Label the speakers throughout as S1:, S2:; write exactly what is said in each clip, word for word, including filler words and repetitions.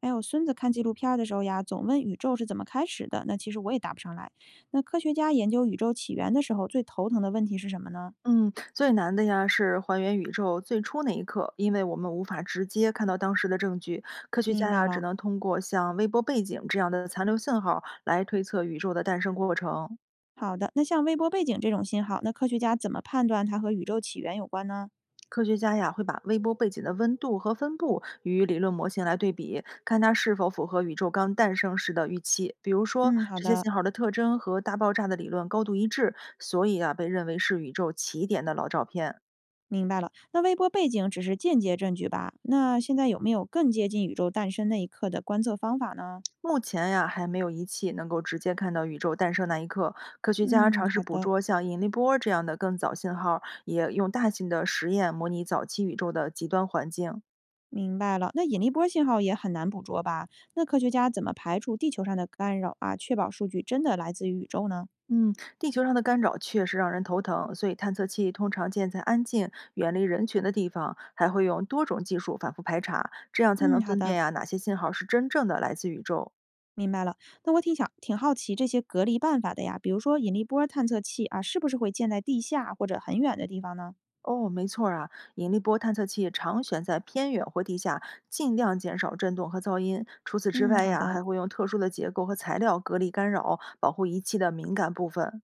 S1: 哎，我孙子看纪录片儿的时候呀，总问宇宙是怎么开始的，那其实我也答不上来。那科学家研究宇宙起源的时候，最头疼的问题是什么呢？
S2: 嗯，最难的呀是还原宇宙最初那一刻，因为我们无法直接看到当时的证据，科学
S1: 明
S2: 家
S1: 白
S2: 呀只
S1: 了。
S2: 能通过像微波背景这样的残留信号来推测宇宙的诞生过程。
S1: 好的，那像微波背景这种信号，那科学家怎么判断它和宇宙起源有关呢？
S2: 科学家呀会把微波背景的温度和分布与理论模型来对比，看它是否符合宇宙刚诞生时的预期。比如说，
S1: 嗯，好
S2: 这些
S1: 的，
S2: 信号的特征和大爆炸的理论高度一致，所以啊被认为是宇宙起点的老照片。
S1: 明白了。那微波背景只是间接证据吧？那现在有没有更接近宇宙诞生那一刻的观测方法呢？
S2: 目前呀，还没有仪器能够直接看到宇宙诞生那一刻。科学家
S1: 嗯，
S2: 尝试
S1: 好
S2: 捕
S1: 的，
S2: 捉像引力波这样的更早信号，也用大型的实验模拟早期宇宙的极端环境。
S1: 明白了。那引力波信号也很难捕捉吧？那科学家怎么排除地球上的干扰啊，确保数据真的来自于宇宙呢？
S2: 嗯，地球上的干扰确实让人头疼，所以探测器通常建在安静、远离人群的地方，还会用多种技术反复排查，这样才能
S1: 嗯，好
S2: 分辨
S1: 的，
S2: 呀哪些信号是真正的来自宇宙。
S1: 明白了。那我挺想挺好奇这些隔离办法的呀，比如说引力波探测器啊，是不是会建在地下或者很远的地方呢？
S2: 哦，没错儿啊，引力波探测器常选在偏远或地下，尽量减少震动和噪音。除此之
S1: 嗯，
S2: 外
S1: 好
S2: 呀，
S1: 的，
S2: 还会用特殊的结构和材料隔离干扰，保护仪器的敏感部分。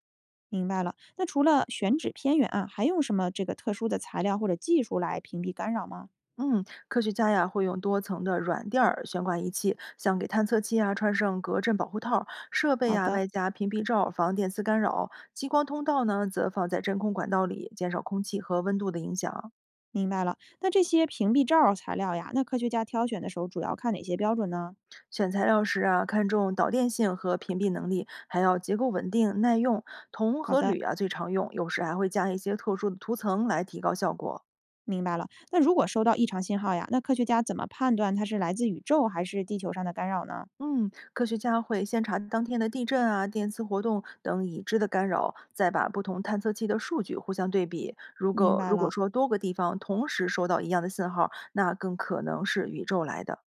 S1: 明白了。那除了选址偏远啊，还用什么这个特殊的材料或者技术来屏蔽干扰吗？
S2: 嗯，科学家呀会用多层的软垫儿悬挂仪器，像给探测器啊穿上隔震保护套儿，设备
S1: 好
S2: 呀
S1: 的，
S2: 外加屏蔽罩儿防电磁干扰，激光通道呢则放在真空管道里，减少空气和温度的影响。
S1: 明白了。那这些屏蔽罩儿材料呀，那科学家挑选的时候主要看哪些标准呢？
S2: 选材料时啊，看重导电性和屏蔽能力，还要结构稳定、耐用。铜
S1: 好
S2: 和
S1: 的，
S2: 铝啊最常用，有时还会加一些特殊的涂层来提高效果。
S1: 明白了。那如果收到异常信号呀，那科学家怎么判断它是来自宇宙还是地球上的干扰呢？
S2: 嗯，科学家会先查当天的地震啊、电磁活动等已知的干扰，再把不同探测器的数据互相对比。如
S1: 明
S2: 果
S1: 白
S2: 如果
S1: 了。
S2: 说多个地方同时收到一样的信号，那更可能是宇宙来的。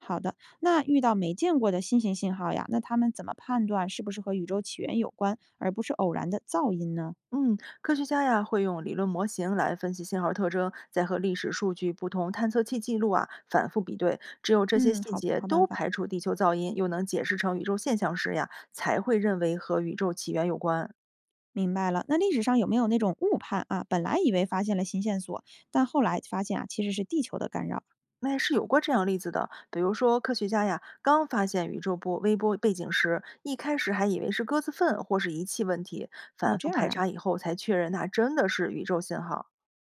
S1: 好的，那遇到没见过的新型信号呀，那他们怎么判断是不是和宇宙起源有关，而不是偶然的噪音呢？
S2: 嗯，科学家呀会用理论模型来分析信号特征，再和历史数据、不同探测器记录啊反复比对。只有这些
S1: 嗯，
S2: 细
S1: 好
S2: 节
S1: 好
S2: 都
S1: 办法，
S2: 排除地球噪音，又能解释成宇宙现象时呀，才会认为和宇宙起源有关。
S1: 明白了。那历史上有没有那种误判啊？本来以为发现了新线索，但后来发现啊，其实是地球的干扰。
S2: 那是有过这样例子的，比如说科学家呀刚发现宇宙波微波背景时，一开始还以为是鸽子粪或是仪器问题，
S1: 哦，
S2: 反
S1: 这
S2: 复
S1: 样
S2: 排
S1: 啊，
S2: 查以后才确认那真的是宇宙信号。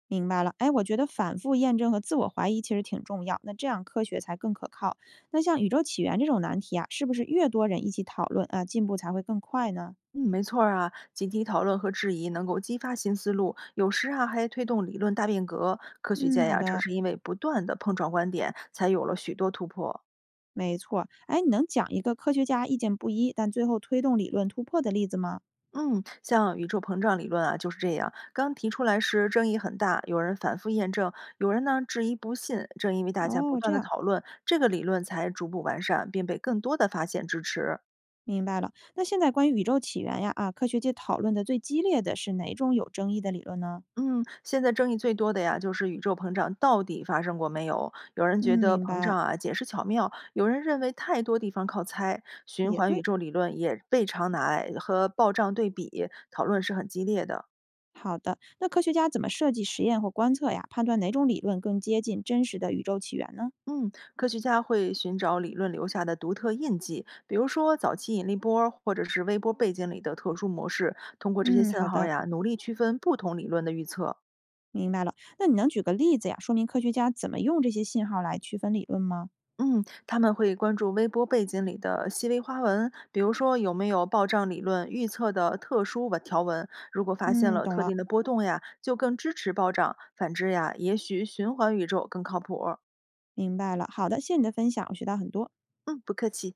S1: 明白了。哎，我觉得反复验证和自我怀疑其实挺重要，那这样科学才更可靠。那像宇宙起源这种难题啊，是不是越多人一起讨论啊，进步才会更快呢？
S2: 嗯，没错儿啊，集体讨论和质疑能够激发新思路，有时啊还推动理论大变革。科学
S1: 嗯，
S2: 界
S1: 好
S2: 呀、正
S1: 的。
S2: 是因为不断的碰撞观点，才有了许多突破。
S1: 没错。哎，你能讲一个科学家意见不一，但最后推动理论突破的例子吗？
S2: 嗯，像宇宙膨胀理论啊，就是这样。刚提出来时争议很大，有人反复验证，有人呢质疑不信。正因为大家不
S1: 哦，这
S2: 断的
S1: 样，
S2: 讨论，这个理论才逐步完善，并被更多的发现支持。
S1: 明白了。那现在关于宇宙起源呀，啊，科学界讨论的最激烈的是哪种有争议的理论呢？
S2: 嗯，现在争议最多的呀，就是宇宙膨胀到底发生过没有？有人
S1: 嗯，
S2: 觉得
S1: 明
S2: 膨胀
S1: 白，
S2: 啊解释巧妙，有人认为太多地方靠猜。循
S1: 也
S2: 环宇
S1: 对。
S2: 宙理论也被常拿来和暴胀对比，讨论是很激烈的。
S1: 好的，那科学家怎么设计实验或观测呀，判断哪种理论更接近真实的宇宙起源呢？
S2: 嗯，科学家会寻找理论留下的独特印记，比如说早期引力波儿或者是微波背景里的特殊模式，通过这些
S1: 嗯，
S2: 信
S1: 好
S2: 号
S1: 的，
S2: 呀，努力区分不同理论的预测。
S1: 明白了。那你能举个例子呀，说明科学家怎么用这些信号来区分理论吗？
S2: 嗯，他们会关注微波背景里的细微花纹，比如说有没有暴胀理论预测的特殊纹条纹。如果发现
S1: 嗯，
S2: 了
S1: 懂
S2: 特
S1: 了，
S2: 定的波动呀，就更支持暴胀；反之呀，也许循环宇宙更靠谱。
S1: 明白了。好的，谢谢你的分享，我学到很多。
S2: 嗯，不客气。